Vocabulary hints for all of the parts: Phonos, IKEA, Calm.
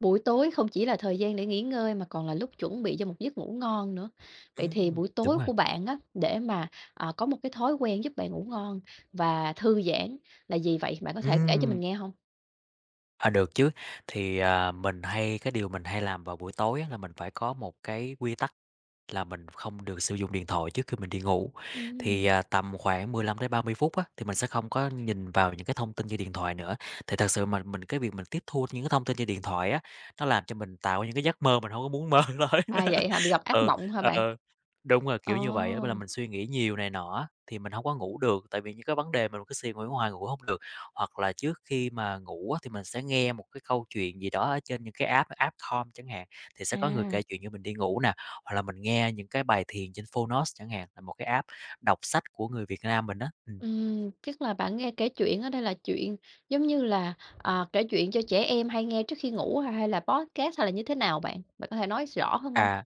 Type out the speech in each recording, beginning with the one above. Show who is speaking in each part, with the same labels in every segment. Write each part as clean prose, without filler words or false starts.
Speaker 1: Buổi tối không chỉ là thời gian để nghỉ ngơi mà còn là lúc chuẩn bị cho một giấc ngủ ngon nữa. Vậy thì buổi
Speaker 2: Đúng
Speaker 1: tối
Speaker 2: rồi.
Speaker 1: của bạn á, để mà, có một cái thói quen giúp bạn ngủ ngon và thư giãn là gì vậy? Bạn có thể kể cho mình
Speaker 2: Ừm.
Speaker 1: nghe không?
Speaker 2: À, được chứ. Mình hay cái điều mình hay làm vào buổi tối á là mình phải có một cái quy tắc là mình không được sử dụng điện thoại trước khi mình đi ngủ.
Speaker 1: Ừm,
Speaker 2: Tầm khoảng 15 đến 30 phút á, thì mình sẽ không có nhìn vào những cái thông tin trên điện thoại nữa. Thì thật sự mà mình Cái việc mình tiếp thu những cái thông tin trên điện thoại á, nó làm cho mình tạo những cái giấc mơ mình không có muốn mơ tới.
Speaker 1: Vậy hả? Bị gặp ác
Speaker 2: Ừ,
Speaker 1: mộng hả bạn?
Speaker 2: ờ, đúng rồi,
Speaker 1: Ờ,
Speaker 2: kiểu như vậy á, với mình suy nghĩ nhiều này nọ thì mình không có ngủ được, tại vì những cái vấn đề mình cứ suy nghĩ hoài ngủ không được. Hoặc là trước khi mà ngủ á, thì mình sẽ nghe một cái câu chuyện gì đó ở trên những cái app app Calm chẳng hạn, thì sẽ có người
Speaker 1: à,
Speaker 2: kể chuyện cho mình đi ngủ nè, hoặc là mình nghe những cái bài thiền trên Phonos chẳng hạn, là một cái app đọc sách của người Việt Nam mình đó.
Speaker 1: Chắc là bạn nghe kể chuyện ở đây là chuyện giống như là, kể chuyện cho trẻ em hay nghe trước khi ngủ ha hay là podcast hay là như thế nào bạn? Bạn có thể nói rõ hơn không?
Speaker 2: À.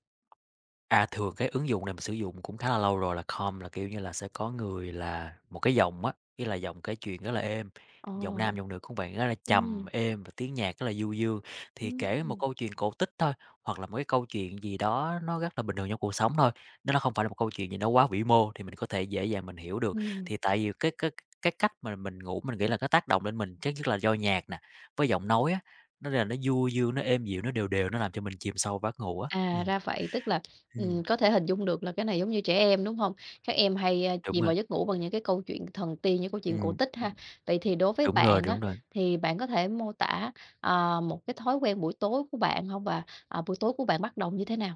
Speaker 2: À, thường cái ứng dụng này mình sử dụng cũng khá là lâu rồi là Calm, là, kiểu như là, sẽ có người là một cái giọng á, ý là giọng kể chuyện rất là êm,
Speaker 1: Ờ.
Speaker 2: giọng nam, giọng nữ cũng vậy rất là trầm
Speaker 1: Ừm.
Speaker 2: êm và tiếng nhạc rất là du dương. Thì kể một
Speaker 1: Ừm.
Speaker 2: câu chuyện cổ tích thôi, hoặc là một cái câu chuyện gì đó nó rất là bình thường trong cuộc sống thôi, nó không phải là một câu chuyện gì nó quá vĩ mô thì mình có thể dễ dàng mình hiểu được.
Speaker 1: Ừm.
Speaker 2: Thì tại vì cái cách mà mình ngủ mình nghĩ là nó tác động lên mình, chắc nhất là do nhạc nè, với giọng nói á, nó là nó du dương, nó êm dịu, nó đều đều, nó làm cho mình chìm sâu vào giấc ngủ á.
Speaker 1: À,
Speaker 2: Ừm.
Speaker 1: ra vậy, tức là,
Speaker 2: Ừm.
Speaker 1: có thể hình dung được là cái này giống như trẻ em, đúng không? Các em hay,
Speaker 2: Đúng
Speaker 1: chìm
Speaker 2: rồi,
Speaker 1: vào giấc ngủ bằng những cái câu chuyện thần tiên, những câu chuyện cổ
Speaker 2: ừm,
Speaker 1: tích ha.
Speaker 2: ừm,
Speaker 1: Vậy thì đối với
Speaker 2: đúng rồi,
Speaker 1: bạn á,
Speaker 2: đúng rồi.
Speaker 1: thì bạn có thể mô tả, một cái thói quen buổi tối của bạn không? Và, buổi tối của bạn bắt đầu như thế nào?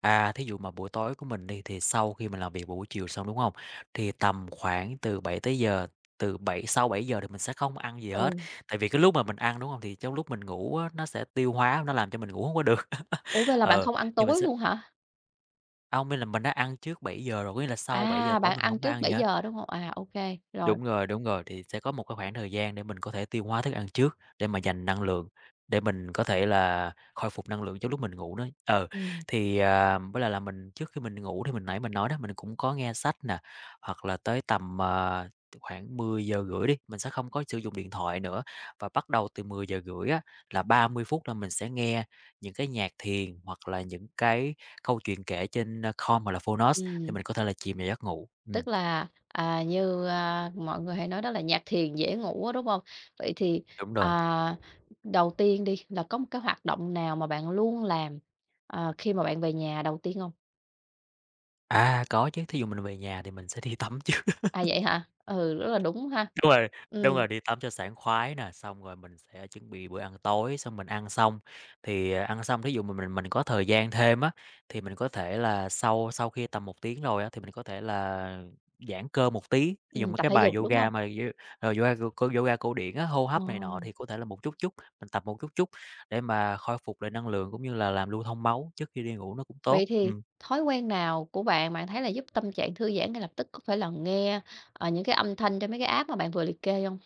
Speaker 2: À, thí dụ mà buổi tối của mình đi, thì sau khi mình làm việc buổi chiều xong, đúng hông? Thì tầm khoảng từ 7 tới giờ từ bảy sau bảy giờ thì mình sẽ không ăn gì hết,
Speaker 1: Ừ.
Speaker 2: tại vì cái lúc mà mình ăn, đúng hông? Thì trong lúc mình ngủ á, nó sẽ tiêu hóa, nó làm cho mình ngủ hông có được.
Speaker 1: Ủa, vậy là bạn
Speaker 2: Ờ,
Speaker 1: không ăn
Speaker 2: thì mình
Speaker 1: tối
Speaker 2: sẽ
Speaker 1: luôn hả?
Speaker 2: hông, Ý là mình đã ăn trước 7 giờ rồi, có nghĩa là sau 7 giờ
Speaker 1: À,
Speaker 2: tối
Speaker 1: bạn
Speaker 2: mình
Speaker 1: ăn
Speaker 2: hổng có
Speaker 1: trước
Speaker 2: ăn gì
Speaker 1: bảy
Speaker 2: hết.
Speaker 1: giờ đúng không? À, ok rồi.
Speaker 2: Đúng rồi, thì sẽ có một cái khoảng thời gian để mình có thể tiêu hóa thức ăn trước, để mà dành năng lượng, để mình có thể là khôi phục năng lượng cho lúc mình ngủ nữa.
Speaker 1: Ừm.
Speaker 2: Với lại là mình trước khi mình ngủ thì mình nói đó, mình cũng có nghe sách nè, hoặc là tới khoảng 10 giờ rưỡi đi, mình sẽ không có sử dụng điện thoại nữa. Và bắt đầu từ 10 giờ rưỡi á, là 30 phút là mình sẽ nghe những cái nhạc thiền, hoặc là những cái câu chuyện kể Calm hoặc là Phonos để
Speaker 1: Ừm.
Speaker 2: mình có thể là chìm vào giấc ngủ.
Speaker 1: Tức là, như, mọi người hay nói đó là nhạc thiền dễ ngủ á, đúng không? Vậy thì,
Speaker 2: Đúng rồi.
Speaker 1: à, đầu tiên đi, là có một cái hoạt động nào mà bạn luôn làm, khi mà bạn về nhà đầu tiên không?
Speaker 2: À, có chứ, thí dụ mình về nhà thì mình sẽ đi tắm trước.
Speaker 1: À, vậy hả? Ừ, rất là đúng ha.
Speaker 2: Đúng rồi,
Speaker 1: Ừm.
Speaker 2: đúng rồi, đi tắm cho sảng khoái nè, xong rồi mình sẽ chuẩn bị bữa ăn tối, xong mình ăn xong ăn xong thí dụ mà mình có thời gian thêm á, thì mình có thể là sau sau khi tầm một tiếng rồi á, thì mình có thể là giãn cơ một tí. Thí dụ mấy
Speaker 1: Tập
Speaker 2: cái
Speaker 1: thể
Speaker 2: bài
Speaker 1: dục, đúng không?
Speaker 2: yoga mà yo ờ, yoga cổ điển á, hô
Speaker 1: Ờ,
Speaker 2: hấp này nọ thì có thể là một chút chút, mình tập một chút chút để mà khôi phục lại năng lượng cũng như là làm lưu thông máu trước khi đi ngủ nó cũng
Speaker 1: vậy
Speaker 2: tốt.
Speaker 1: thì
Speaker 2: Ừm.
Speaker 1: thói quen nào của bạn, bạn thấy là giúp tâm trạng thư giãn ngay lập tức? Có phải là nghe, những cái âm thanh trên mấy cái app mà bạn vừa liệt kê không?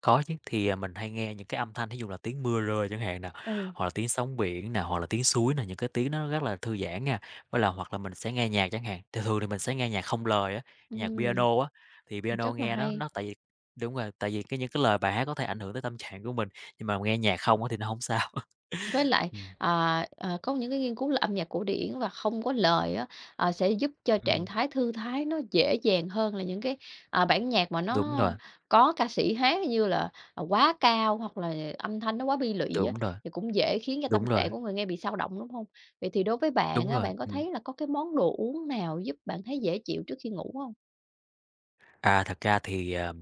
Speaker 2: Có chứ, thì, à, Mình hay nghe những cái âm thanh thí dụ là tiếng mưa rơi chẳng hạn nè,
Speaker 1: Ừ.
Speaker 2: hoặc là tiếng sóng biển nè, hoặc là tiếng suối nè, những cái tiếng nó rất là thư giãn nha. Với là hoặc là mình sẽ nghe nhạc chẳng hạn, thì thường thì mình sẽ nghe nhạc không lời á, nhạc
Speaker 1: Ừm.
Speaker 2: piano á, thì piano
Speaker 1: Rất là
Speaker 2: nghe
Speaker 1: hay.
Speaker 2: nó tại vì đúng rồi, tại vì cái những cái lời bài hát có thể ảnh hưởng tới tâm trạng của mình, nhưng mà nghe nhạc không á thì nó không sao.
Speaker 1: Với lại,
Speaker 2: Ừm,
Speaker 1: có những cái nghiên cứu là âm nhạc cổ điển và không có lời á, sẽ giúp cho trạng
Speaker 2: ừm,
Speaker 1: thái thư thái nó dễ dàng hơn là những cái, bản nhạc mà
Speaker 2: đúng
Speaker 1: nó
Speaker 2: rồi,
Speaker 1: có ca sĩ hát như là, quá cao hoặc là âm thanh nó quá bi lụy á,
Speaker 2: đúng rồi,
Speaker 1: thì cũng dễ khiến cho tâm
Speaker 2: đúng rồi,
Speaker 1: trạng của người nghe bị xao động, đúng không? Vậy thì đối với bạn
Speaker 2: đúng
Speaker 1: á,
Speaker 2: rồi,
Speaker 1: bạn có
Speaker 2: ừm.
Speaker 1: thấy là có cái món đồ uống nào giúp bạn thấy dễ chịu trước khi ngủ không?
Speaker 2: À, thật ra thì, ờ,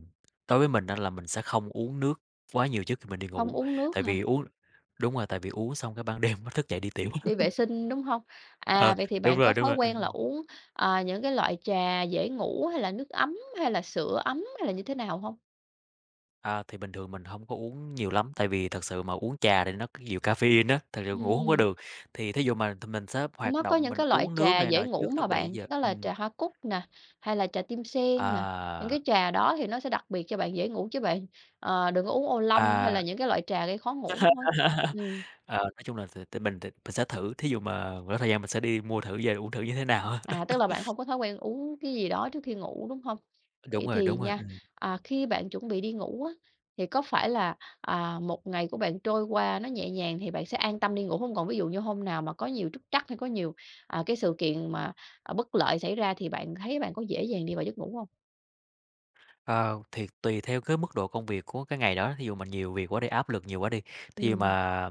Speaker 2: Đối với mình á là mình sẽ không uống nước quá nhiều trước khi mình đi
Speaker 1: Không
Speaker 2: ngủ,
Speaker 1: uống nước
Speaker 2: tại
Speaker 1: hả?
Speaker 2: vì uống đúng rồi, tại vì uống xong cái ban đêm nó thức dậy đi tiểu.
Speaker 1: Đi vệ sinh, đúng hông? À,
Speaker 2: Ờ,
Speaker 1: vậy thì bạn có
Speaker 2: đúng
Speaker 1: thói
Speaker 2: rồi,
Speaker 1: quen là
Speaker 2: ừm.
Speaker 1: uống, những cái loại trà dễ ngủ hay là nước ấm, hay là sữa ấm, hay là như thế nào hông?
Speaker 2: À, thì bình thường mình không có uống nhiều lắm, tại vì thật sự mà uống trà thì nó có nhiều caffeine á, thật sự ngủ không có
Speaker 1: Ừm,
Speaker 2: được. Thì thí dụ mà thì mình sẽ hoạt
Speaker 1: nó có
Speaker 2: động,
Speaker 1: những
Speaker 2: mình
Speaker 1: cái loại
Speaker 2: uống nước
Speaker 1: trà
Speaker 2: này
Speaker 1: dễ
Speaker 2: nọ
Speaker 1: ngủ
Speaker 2: trước
Speaker 1: mà
Speaker 2: lúc
Speaker 1: bạn,
Speaker 2: 7:00,
Speaker 1: đó là trà hoa cúc nè, hay là trà tim sen nè, những
Speaker 2: à,
Speaker 1: cái trà đó thì nó sẽ đặc biệt cho bạn dễ ngủ chứ bạn, đừng có uống ô long hay là
Speaker 2: à.
Speaker 1: những cái loại trà gây khó ngủ thôi. Ừm.
Speaker 2: Ờ, nói chung là thì mình sẽ thử, thí dụ mà có thời gian mình sẽ đi mua thử về uống thử như thế nào á.
Speaker 1: À, tức là bạn không có thói quen uống cái gì đó trước khi ngủ, đúng hông?
Speaker 2: Đúng
Speaker 1: Vậy
Speaker 2: rồi,
Speaker 1: thì
Speaker 2: đúng rồi.
Speaker 1: nha, khi bạn chuẩn bị đi ngủ á, thì có phải là, một ngày của bạn trôi qua nó nhẹ nhàng thì bạn sẽ an tâm đi ngủ hông? Còn ví dụ như hôm nào mà có nhiều trúc trắc hay có nhiều, cái sự kiện mà, bất lợi xảy ra thì bạn thấy bạn có dễ dàng đi vào giấc ngủ hông?
Speaker 2: Ờ, thì tùy theo cái mức độ công việc của cái ngày đó, thí dụ mà nhiều việc quá đi, áp lực nhiều quá đi, thí dụ
Speaker 1: Ừm,
Speaker 2: mà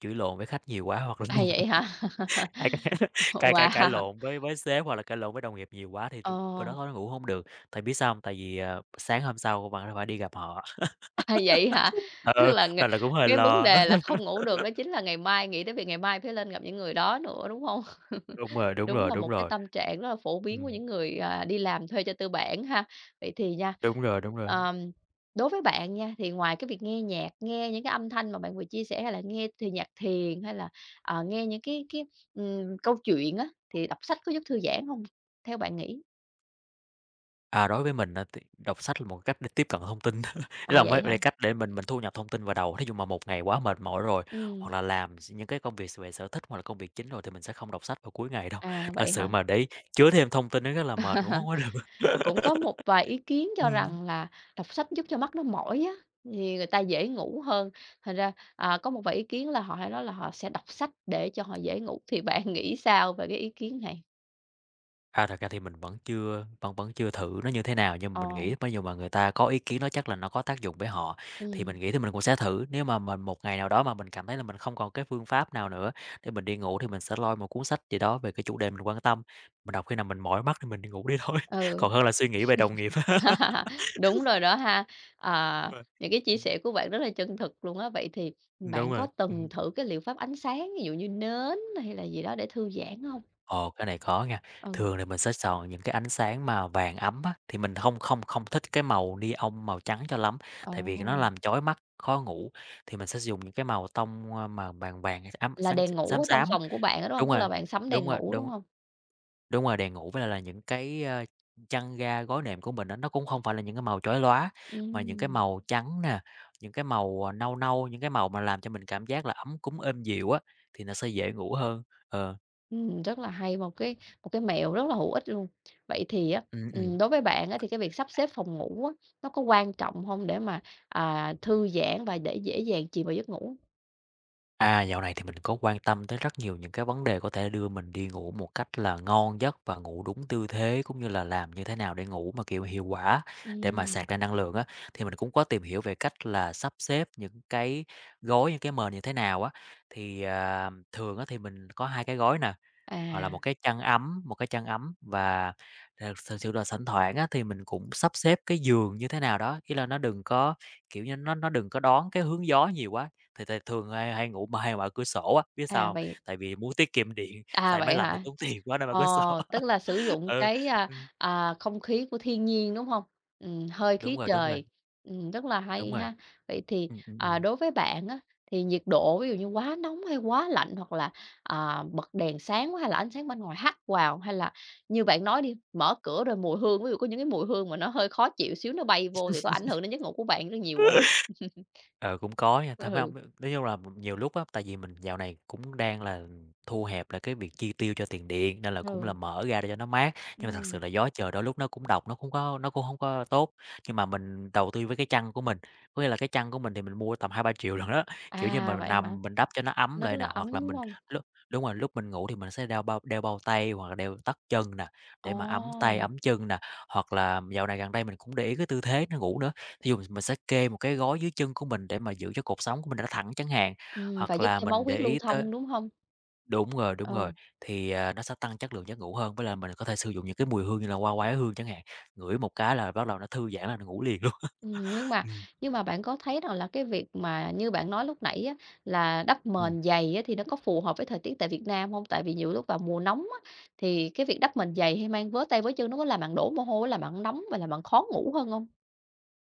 Speaker 2: chửi lộn với khách nhiều quá hoặc là
Speaker 1: Vậy hả?
Speaker 2: cãi cãi cãi cãi
Speaker 1: Wow!
Speaker 2: lộn với sếp hoặc là cãi lộn với đồng nghiệp nhiều quá thì bữa đó
Speaker 1: Ồ,
Speaker 2: tối ngủ không được. Tại biết sao không? Tại vì sáng hôm sau bạn phải đi gặp họ,
Speaker 1: à, Vậy hả? Tức
Speaker 2: ừ,
Speaker 1: là ng
Speaker 2: nên là cũng hơi
Speaker 1: Cái vấn
Speaker 2: lo.
Speaker 1: đề là không ngủ được đó chính là ngày mai, nghĩ tới việc ngày mai phải lên gặp những người đó nữa, đúng hông?
Speaker 2: Đúng rồi, đúng
Speaker 1: Đúng
Speaker 2: rồi,
Speaker 1: là
Speaker 2: đúng
Speaker 1: một cái
Speaker 2: rồi.
Speaker 1: tâm trạng rất là phổ biến của
Speaker 2: Ừm,
Speaker 1: những người, đi làm thuê cho tư bản ha. Vậy thì nha,
Speaker 2: đúng rồi, đúng rồi.
Speaker 1: ờm, đối với bạn nha, thì ngoài cái việc nghe nhạc, nghe những cái âm thanh mà bạn vừa chia sẻ hay là nghe thì nhạc thiền hay là, nghe những cái, câu chuyện á, thì đọc sách có giúp thư giãn không? Theo bạn nghĩ?
Speaker 2: À, đối với mình á thì đọc sách là một cách để tiếp cận thông tin, ý
Speaker 1: À,
Speaker 2: là
Speaker 1: vậy
Speaker 2: mới
Speaker 1: hả?
Speaker 2: là cách để mình thu nhập thông tin vào đầu. Thí dụ mà một ngày quá mệt mỏi rồi, hoặc
Speaker 1: Ừm,
Speaker 2: là làm s những cái công việc về sở thích hoặc là công việc chính rồi thì mình sẽ không đọc sách vào cuối ngày đâu. Thật
Speaker 1: Vậy
Speaker 2: sự
Speaker 1: hả?
Speaker 2: mà để chứa thêm thông tin nó rất là mệt, ngủ không có được.
Speaker 1: Cũng có một vài ý kiến cho
Speaker 2: Ừm.
Speaker 1: rằng là đọc sách giúp cho mắt nó mỏi á, thì người ta dễ ngủ hơn. Thành ra, có một vài ý kiến là họ hay nói là họ sẽ đọc sách để cho họ dễ ngủ, thì bạn nghĩ sao về cái ý kiến này?
Speaker 2: À, thật ra thì mình vẫn chưa thử nó như thế nào, nhưng mà
Speaker 1: Ờ.
Speaker 2: mình nghĩ bây giờ mà người ta có ý kiến đó chắc là nó có tác dụng với họ, thì
Speaker 1: Ừm.
Speaker 2: mình nghĩ thì mình cũng sẽ thử. Nếu mà mình một ngày nào đó mà mình cảm thấy là mình không còn cái phương pháp nào nữa để mình đi ngủ thì mình sẽ lôi một cuốn sách gì đó về cái chủ đề mình quan tâm, mình đọc khi nào mình mỏi mắt thì mình đi ngủ đi thôi,
Speaker 1: Ừ.
Speaker 2: còn hơn là suy nghĩ về đồng nghiệp.
Speaker 1: Đúng rồi đó ha. À,
Speaker 2: Rồi.
Speaker 1: những cái chia sẻ của bạn rất là chân thực luôn á. Vậy thì
Speaker 2: Đúng
Speaker 1: bạn có
Speaker 2: rồi.
Speaker 1: từng
Speaker 2: Ừm.
Speaker 1: thử cái liệu pháp ánh sáng, ví dụ như nến hay là gì đó để thư giãn không?
Speaker 2: Ồ, cái này có nha.
Speaker 1: Ừ,
Speaker 2: Thường thì mình sẽ chọn những cái ánh sáng mà vàng ấm á, thì mình không không không thích cái màu neon, màu trắng cho lắm,
Speaker 1: ồ,
Speaker 2: tại vì nó làm chói mắt, khó ngủ. Mình sẽ dùng những cái màu tông, ơ, mà vàng vàng, ấm,
Speaker 1: là
Speaker 2: sáng
Speaker 1: đèn ngủ
Speaker 2: xám
Speaker 1: ở trong
Speaker 2: xám á.
Speaker 1: phòng của bạn đó đúng hông?
Speaker 2: Đúng
Speaker 1: Tức
Speaker 2: rồi,
Speaker 1: là bạn sắm
Speaker 2: đúng
Speaker 1: đèn
Speaker 2: rồi,
Speaker 1: ngủ, đúng
Speaker 2: đúng
Speaker 1: không?
Speaker 2: đúng rồi, đèn ngủ với lại là những cái, ơ, chăn ga, gối nệm của mình á, nó cũng không phải là những cái màu chói lóa, mà những cái
Speaker 1: Ừm.
Speaker 2: màu trắng nè, những cái màu, à, nâu nâu, những cái màu mà làm cho mình cảm giác là ấm cúng, êm dịu á, thì nó sẽ dễ ngủ hơn. Ờ,
Speaker 1: Rất là hay, một cái mẹo rất là hữu ích luôn. Vậy thì á,
Speaker 2: ừm.
Speaker 1: đối với bạn á, thì cái việc sắp xếp phòng ngủ á, nó có quan trọng không để mà, thư giãn và để dễ dàng chìm vào giấc ngủ?
Speaker 2: À, dạo này thì mình có quan tâm tới rất nhiều những cái vấn đề có thể đưa mình đi ngủ một cách là ngon giấc và ngủ đúng tư thế, cũng như là làm như thế nào để ngủ mà, kiểu, hiệu quả, để mà
Speaker 1: Ừm.
Speaker 2: sạc ra năng lượng á. Thì mình cũng có tìm hiểu về cách là sắp xếp những cái gối, những cái mền như thế nào á. Thường á thì mình có 2 cái gối nè, hoặc là
Speaker 1: À.
Speaker 2: một cái chăn ấm, một cái chăn ấm và thực thực sự là thỉnh thoảng á, thì mình cũng sắp xếp cái giường như thế nào đó, ý là nó đừng có, kiểu như, nó đừng có đón cái hướng gió nhiều quá. Thì thường hay hay ngủ mà hay mở cửa sổ á, biết sao
Speaker 1: À.
Speaker 2: hông?
Speaker 1: Vậy
Speaker 2: Tại vì muốn tiết kiệm điện,
Speaker 1: à?
Speaker 2: xài máy
Speaker 1: Vậy
Speaker 2: lạnh thì
Speaker 1: hả?
Speaker 2: tốn tiền quá nên mở
Speaker 1: Ờ,
Speaker 2: cửa sổ.
Speaker 1: Tức là sử dụng
Speaker 2: Ừ,
Speaker 1: cái,
Speaker 2: ừm,
Speaker 1: không khí của thiên nhiên, đúng không? Hơi
Speaker 2: đúng
Speaker 1: khí
Speaker 2: rồi, đúng rồi,
Speaker 1: trời, rất là
Speaker 2: đúng
Speaker 1: hay
Speaker 2: rồi.
Speaker 1: ha. Vậy thì,
Speaker 2: Ừm, ừm, ừm.
Speaker 1: đối với bạn á, thì nhiệt độ ví dụ như quá nóng hay quá lạnh hoặc là, bật đèn sáng quá hay là ánh sáng bên ngoài hắt vào, hay là như bạn nói đi, mở cửa rồi mùi hương, ví dụ có những cái mùi hương mà nó hơi khó chịu xíu nó bay vô thì có ảnh hưởng đến giấc ngủ của bạn rất nhiều không?
Speaker 2: Ờ, cũng có nha, thật ra
Speaker 1: Ừ.
Speaker 2: hông nói chung là nhiều lúc á, tại vì mình dạo này cũng đang là thu hẹp lại cái việc chi tiêu cho tiền điện, nên là cũng là
Speaker 1: Ừ.
Speaker 2: mở ra để cho nó mát. Nhưng mà thật sự
Speaker 1: Ừm.
Speaker 2: là gió trời đôi lúc nó cũng độc, nó cũng có nó cũng không có tốt. Nhưng mà mình đầu tư với cái chăn của mình, có nghĩa là cái chăn của mình thì mình mua tầm 2-3 triệu lần đó. Kiểu như,
Speaker 1: À,
Speaker 2: mình
Speaker 1: vậy hả?
Speaker 2: nằm mình đắp cho nó ấm
Speaker 1: Nó rất
Speaker 2: lại nè,
Speaker 1: là ấm,
Speaker 2: hoặc là
Speaker 1: đúng
Speaker 2: mình
Speaker 1: không?
Speaker 2: lúc đúng rồi, lúc mình ngủ thì mình sẽ đeo bao tay hoặc là đeo tất chân nè, để mà ấm tay,
Speaker 1: Ồ!
Speaker 2: ấm chân nè. Hoặc là dạo này gần đây mình cũng để ý cái tư thế nó ngủ nữa. Thí dụ mình sẽ kê một cái gối dưới chân của mình để mà giữ cho cột sống của mình nó thẳng chẳng hạn,
Speaker 1: Và
Speaker 2: hoặc
Speaker 1: giúp
Speaker 2: là
Speaker 1: cho máu
Speaker 2: mình để
Speaker 1: huyết lưu
Speaker 2: ý tới
Speaker 1: thông, đúng hông?
Speaker 2: đúng
Speaker 1: Ờ,
Speaker 2: rồi, thì, à, nó sẽ tăng chất lượng giấc ngủ hơn, với lại mình có thể sử dụng những cái mùi hương như là hoa quả hương chẳng hạn, ngửi một cái là bắt đầu nó thư giãn là nó ngủ liền luôn.
Speaker 1: ừm, nhưng mà
Speaker 2: Ừm,
Speaker 1: nhưng mà bạn có thấy rằng là cái việc mà như bạn nói lúc nãy á, là đắp
Speaker 2: ừm.
Speaker 1: mền dày á, thì nó có phù hợp với thời tiết tại Việt Nam hông? Tại vì nhiều lúc vào mùa nóng á, thì cái việc đắp mền dày hay mang vớ tay vớ chân nó có làm bạn đổ mồ hôi, làm bạn nóng và làm bạn khó ngủ hơn hông?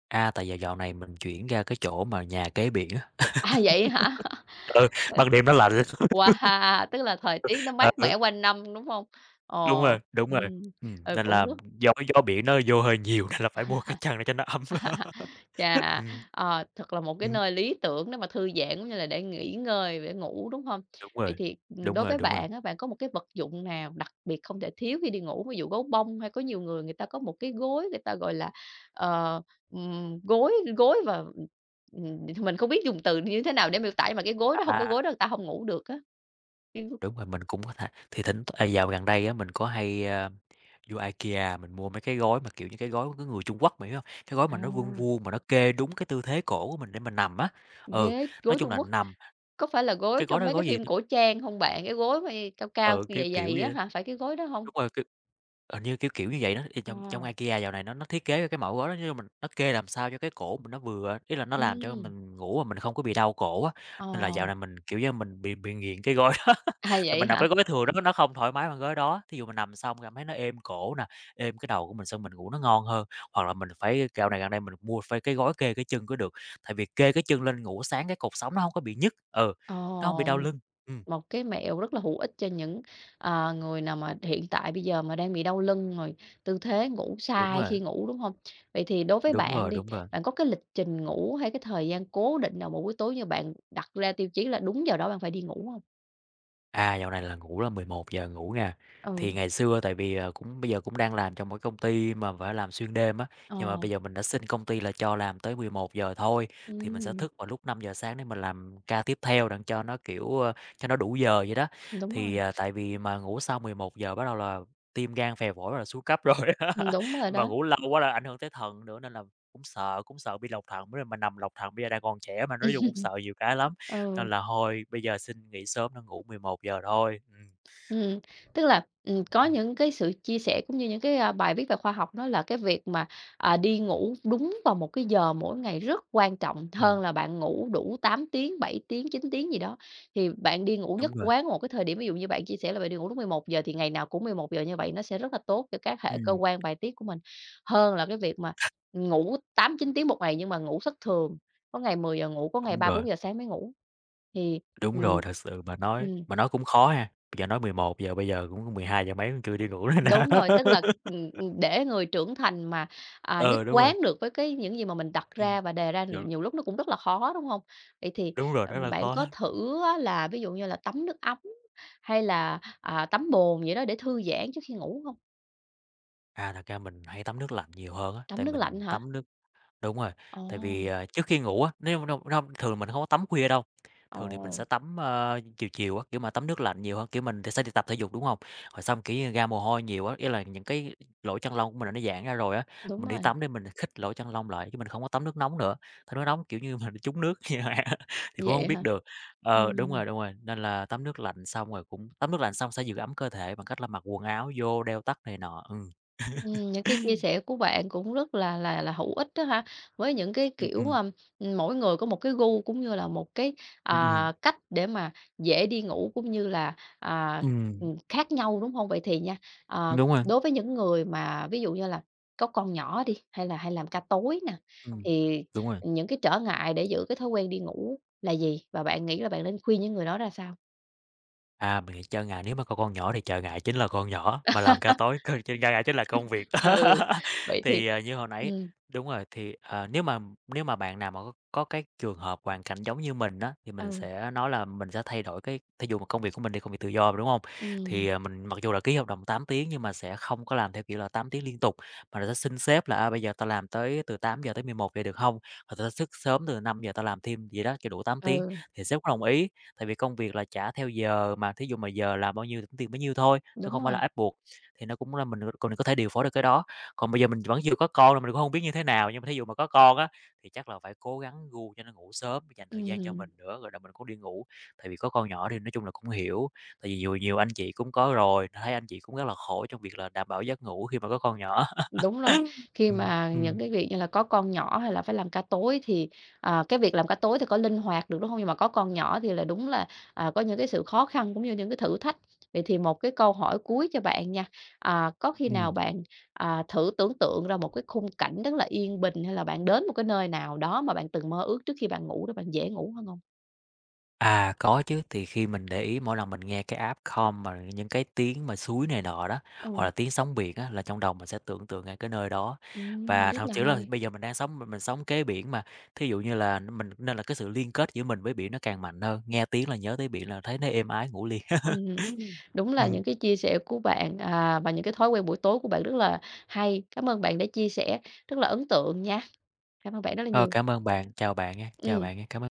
Speaker 2: À, tại giờ dạo này mình chuyển ra cái chỗ mà nhà kế biển á,
Speaker 1: À, vậy hả?
Speaker 2: ừ,
Speaker 1: Ơ.
Speaker 2: ban đêm nó lạnh, lắm.
Speaker 1: Wow! Tức là thời tiết nó mát mẻ
Speaker 2: Ừ,
Speaker 1: quanh năm, đúng hông? Ờ.
Speaker 2: đúng rồi,
Speaker 1: Ừm. Ừ.
Speaker 2: nên là do cái gió biển nó vô hơi nhiều nên là phải mua cái
Speaker 1: À,
Speaker 2: chăn để cho nó ấm.
Speaker 1: Chà,
Speaker 2: Ừm,
Speaker 1: thật là một cái
Speaker 2: ừm,
Speaker 1: nơi lý tưởng để mà thư giãn cũng như là để nghỉ ngơi, để ngủ, đúng không?
Speaker 2: đúng
Speaker 1: Vậy
Speaker 2: rồi,
Speaker 1: thì,
Speaker 2: đúng
Speaker 1: đối
Speaker 2: rồi,
Speaker 1: với
Speaker 2: đúng rồi.
Speaker 1: bạn á, bạn có một cái vật dụng nào đặc biệt không thể thiếu khi đi ngủ, ví dụ gấu bông hay có nhiều người người ta có một cái gối người ta, gọi là, ờ, gối gối và, mình không biết dùng từ như thế nào để miêu tả, nhưng mà cái gối đó không có
Speaker 2: À.
Speaker 1: gối đó người ta không ngủ được á. Cái
Speaker 2: Đúng rồi, mình cũng có thể dạo gần đây á, mình có hay, vô IKEA mình mua mấy cái gói mà, kiểu như, cái gói của cái người Trung Quốc, bạn hiểu hông? Cái gói
Speaker 1: À.
Speaker 2: mà nó vuông vuông mà nó kê đúng cái tư thế cổ của mình để mình nằm á. Ừ,
Speaker 1: Ghế
Speaker 2: nói
Speaker 1: gối
Speaker 2: chung
Speaker 1: Trung
Speaker 2: là
Speaker 1: Quốc.
Speaker 2: nằm
Speaker 1: Có phải là gối
Speaker 2: cái gói
Speaker 1: trong
Speaker 2: đó
Speaker 1: mấy cái
Speaker 2: gói gì
Speaker 1: phim
Speaker 2: ta.
Speaker 1: cổ trang hông bạn? Cái gối mà cao cao,
Speaker 2: Ừ, kiểu,
Speaker 1: dày
Speaker 2: kiểu
Speaker 1: dày á
Speaker 2: vậy.
Speaker 1: hả? Phải cái gối đó hông?
Speaker 2: Đúng rồi, kiểu, ờ, như kiểu kiểu như vậy đó, thì
Speaker 1: Ờ.
Speaker 2: trong trong IKEA dạo này nó thiết kế cái mẫu gối đó, nói chung nó kê làm sao cho cái cổ mình nó vừa, ý là nó làm cho
Speaker 1: Ừm.
Speaker 2: mình ngủ mà mình không có bị đau cổ á,
Speaker 1: Ờ.
Speaker 2: nên là dạo này mình, kiểu như, mình bị nghiện cái gối đó. Thì
Speaker 1: Vậy
Speaker 2: mình nằm
Speaker 1: hả?
Speaker 2: cái gối thường nó không thoải mái bằng gối đó, thí dụ mình nằm xong cảm thấy nó êm cổ nè, êm cái đầu của mình xong mình ngủ nó ngon hơn, hoặc là mình phải dạo này gần đây mình mua phải cái gối kê cái chân có được, tại vì kê cái chân lên ngủ sáng cái cột sống nó không có bị nhức, ừ, nó không bị đau
Speaker 1: Ờ,
Speaker 2: lưng. Ừm,
Speaker 1: một cái mẹo rất là hữu ích cho những, người nào mà hiện tại bây giờ mà đang bị đau lưng, rồi tư thế ngủ
Speaker 2: đúng
Speaker 1: sai
Speaker 2: rồi,
Speaker 1: khi ngủ, đúng hông? Vậy thì đối với
Speaker 2: đúng
Speaker 1: bạn
Speaker 2: rồi,
Speaker 1: đi,
Speaker 2: đúng rồi.
Speaker 1: bạn có cái lịch trình ngủ hay cái thời gian cố định nào mà buổi tối như bạn đặt ra tiêu chí là đúng giờ đó bạn phải đi ngủ hông?
Speaker 2: À, dạo này là ngủ là 11 giờ ngủ nha. Thì
Speaker 1: Ừ.
Speaker 2: ngày xưa tại vì, ờ, cũng bây giờ cũng đang làm trong một công ty mà phải làm xuyên đêm á,
Speaker 1: Ờ.
Speaker 2: nhưng mà bây giờ mình đã xin công ty là cho làm tới 11 giờ thôi, thì mình sẽ
Speaker 1: Ừm.
Speaker 2: thức vào lúc 5 giờ sáng để mình làm ca tiếp theo đặng cho nó, kiểu, ơ, cho nó đủ giờ vậy đó.
Speaker 1: Đúng
Speaker 2: Thì,
Speaker 1: rồi.
Speaker 2: à, tại vì mà ngủ sau 11 giờ bắt đầu là tim gan phè phổi là xuống cấp rồi,
Speaker 1: Ừm. Đúng rồi
Speaker 2: mà
Speaker 1: đó.
Speaker 2: ngủ lâu quá là ảnh hưởng tới thận nữa nên là cũng sợ bị lọc thận, mới mà nằm lọc thận, bây giờ đang còn trẻ mà nói chung cũng sợ nhiều cái lắm.
Speaker 1: Ừ.
Speaker 2: Nên là thôi, bây giờ xin nghỉ sớm nó ngủ 11:00 thôi.
Speaker 1: Ừm, Tức là, có
Speaker 2: Ừm,
Speaker 1: những cái sự chia sẻ cũng như những cái, bài viết về khoa học đó là cái việc mà,
Speaker 2: ừm,
Speaker 1: đi ngủ đúng vào một cái giờ mỗi ngày rất quan trọng
Speaker 2: ừm,
Speaker 1: hơn là bạn ngủ đủ 8 tiếng, 7 tiếng, 9 tiếng gì đó. Thì bạn đi ngủ nhất
Speaker 2: đúng rồi,
Speaker 1: quán một cái thời điểm, ví dụ như bạn chia sẻ là bạn đi ngủ lúc 11 giờ thì ngày nào cũng 11 giờ như vậy nó sẽ rất là tốt cho các hệ cơ
Speaker 2: ừm,
Speaker 1: quan bài tiết của mình, hơn là cái việc mà ngủ 8-9 tiếng một ngày nhưng mà ngủ thất thường, có ngày 10 giờ ngủ, có ngày
Speaker 2: đúng
Speaker 1: ba bốn
Speaker 2: rồi,
Speaker 1: giờ sáng mới ngủ. Thì,
Speaker 2: đúng
Speaker 1: ừm.
Speaker 2: rồi, thật sự mà nói
Speaker 1: Ừm.
Speaker 2: mà nói cũng khó ha, bây giờ nói 11 giờ bây giờ cũng 12 giờ mấy cũng chưa đi ngủ nữa nè.
Speaker 1: Đúng rồi, tức là, để người trưởng thành mà, nhất
Speaker 2: Ừ, đúng rồi,
Speaker 1: quán được với cái những gì mà mình đặt
Speaker 2: ừm,
Speaker 1: ra và đề ra thì
Speaker 2: dạ,
Speaker 1: nhiều lúc nó cũng rất là khó, đúng không? Vậy thì,
Speaker 2: đúng rồi, rất là
Speaker 1: bạn
Speaker 2: khó.
Speaker 1: có thử á là ví dụ như là tắm nước ấm hay là, tắm bồn vậy đó để thư giãn trước khi ngủ không?
Speaker 2: À, thật ra mình hay tắm nước lạnh nhiều hơn á,
Speaker 1: Tắm
Speaker 2: tại
Speaker 1: nước lạnh
Speaker 2: mình
Speaker 1: hả?
Speaker 2: tắm nước. Đúng rồi, tại
Speaker 1: Ồ,
Speaker 2: vì, à, trước khi ngủ á, nếu hông hông thường mình không có tắm khuya đâu, thường thì mình
Speaker 1: ồ.
Speaker 2: sẽ tắm, ơ, chiều chiều á, kiểu, mà tắm nước lạnh nhiều hơn, kiểu, mình thì sẽ đi tập thể dục, đúng không? Rồi xong, kiểu như, ra mồ hôi nhiều á, ý là những cái lỗ chân lông của mình là nó giãn ra rồi á,
Speaker 1: Đúng
Speaker 2: mình đi
Speaker 1: rồi,
Speaker 2: tắm để mình khích lỗ chân lông lại, chứ mình không có tắm nước nóng nữa, tắm nước nóng, kiểu như, mình trúng nước như vậy á, thì cũng
Speaker 1: vậy
Speaker 2: không biết
Speaker 1: hả?
Speaker 2: được. Ờ,
Speaker 1: Ừm.
Speaker 2: đúng rồi, nên là tắm nước lạnh xong rồi cũng tắm nước lạnh xong sẽ giữ ấm cơ thể bằng cách là mặc quần áo vô, đeo tất này nọ.
Speaker 1: Những cái chia sẻ của bạn cũng rất là hữu ích đó ha, với những cái,
Speaker 2: Ừm,
Speaker 1: kiểu,
Speaker 2: ừm,
Speaker 1: mỗi người có một cái gu cũng như là một cái,
Speaker 2: ừm, ừm,
Speaker 1: cách để mà dễ đi ngủ cũng như là,
Speaker 2: ừm,
Speaker 1: khác nhau, đúng không? Vậy thì nha,
Speaker 2: đúng rồi.
Speaker 1: đối với những người mà ví dụ như là có con nhỏ đi, hay là hay làm ca tối nè,
Speaker 2: Ừm,
Speaker 1: thì
Speaker 2: đúng rồi.
Speaker 1: những cái trở ngại để giữ cái thói quen đi ngủ là gì? Và bạn nghĩ là bạn nên khuyên những người đó ra sao?
Speaker 2: À, mình nghĩ trở ngại nếu mà có con nhỏ thì trở ngày chính là con nhỏ, mà làm ca tối c trở ngại chính là công việc.
Speaker 1: Ừ. vậy thì
Speaker 2: Thì, ờ, như hồi nãy
Speaker 1: Ừm.
Speaker 2: đúng rồi, thì, ờ, nếu mà bạn nào mà có cái trường hợp hoàn cảnh giống như mình á, thì mình
Speaker 1: Ừ.
Speaker 2: sẽ nói là mình sẽ thay đổi cái thí dụ mà công việc của mình đi, công việc tự do mà, đúng hông? Thì,
Speaker 1: Ừm.
Speaker 2: ờ, mình mặc dù là ký hợp đồng 8 tiếng nhưng mà sẽ không có làm theo kiểu là 8 tiếng liên tục, mà là sẽ xin sếp là, à, "Bây giờ tao làm tới từ 8 giờ tới mười một vậy được hông? Rồi tao thức sớm từ 5 giờ tao làm thêm" vậy đó, cho đủ 8 tiếng,
Speaker 1: Ừ.
Speaker 2: thì sếp có đồng ý. Tại vì công việc là trả theo giờ mà, thí dụ mà giờ làm bao nhiêu thì tính tiền bấy nhiêu thôi, nó
Speaker 1: Đúng
Speaker 2: không phải là
Speaker 1: rồi.
Speaker 2: ép buộc, thì nó cũng là mình còn mình có thể điều phối được cái đó. Còn bây giờ mình vẫn chưa có con nên mình cũng không biết như thế nào, nhưng mà thí dụ mà có con á, thì chắc là phải cố gắng gu cho nó ngủ sớm, dành thời gian cho
Speaker 1: Ừm.
Speaker 2: mình nữa, rồi là mình cũng đi ngủ. Tại vì có con nhỏ thì nói chung là cũng hiểu, tại vì nhiều nhiều anh chị cũng có rồi, thấy anh chị cũng rất là khổ trong việc là đảm bảo giấc ngủ khi mà có con nhỏ.
Speaker 1: Đúng rồi, khi
Speaker 2: Ừm,
Speaker 1: mà những
Speaker 2: ừm,
Speaker 1: cái việc như là có con nhỏ hay là phải làm ca tối thì, cái việc làm ca tối thì có linh hoạt được, đúng không? Nhưng mà có con nhỏ thì là đúng là, có những cái sự khó khăn cũng như những cái thử thách. Vậy thì một cái câu hỏi cuối cho bạn nha, có khi nào
Speaker 2: ừm.
Speaker 1: bạn, thử tưởng tượng ra một cái khung cảnh rất là yên bình, hay là bạn đến một cái nơi nào đó mà bạn từng mơ ước trước khi bạn ngủ để bạn dễ ngủ hơn không?
Speaker 2: À, có chứ, thì khi mình để ý mỗi lần mình nghe cái app Calm mà những cái tiếng mà suối này nọ đó, hoặc
Speaker 1: Ừ.
Speaker 2: là tiếng sóng biển á, là trong đầu mình sẽ tưởng tượng ra cái nơi đó. Và
Speaker 1: Rất
Speaker 2: thậm
Speaker 1: là
Speaker 2: chí là
Speaker 1: hay.
Speaker 2: bây giờ mình đang sống mình sống kế biển mà, thí dụ như là mình nên là cái sự liên kết giữa mình với biển nó càng mạnh hơn, nghe tiếng là nhớ tới biển là thấy nó êm ái ngủ liền.
Speaker 1: Ừm, Đúng
Speaker 2: Ừ.
Speaker 1: là những cái chia sẻ của bạn, và những cái thói quen buổi tối của bạn rất là hay. Cảm ơn bạn đã chia sẻ, rất là ấn tượng nha. Cảm ơn bạn rất là
Speaker 2: Ờ,
Speaker 1: nhiều.
Speaker 2: cảm ơn bạn, chào
Speaker 1: Ừm.
Speaker 2: bạn nha, cảm ơn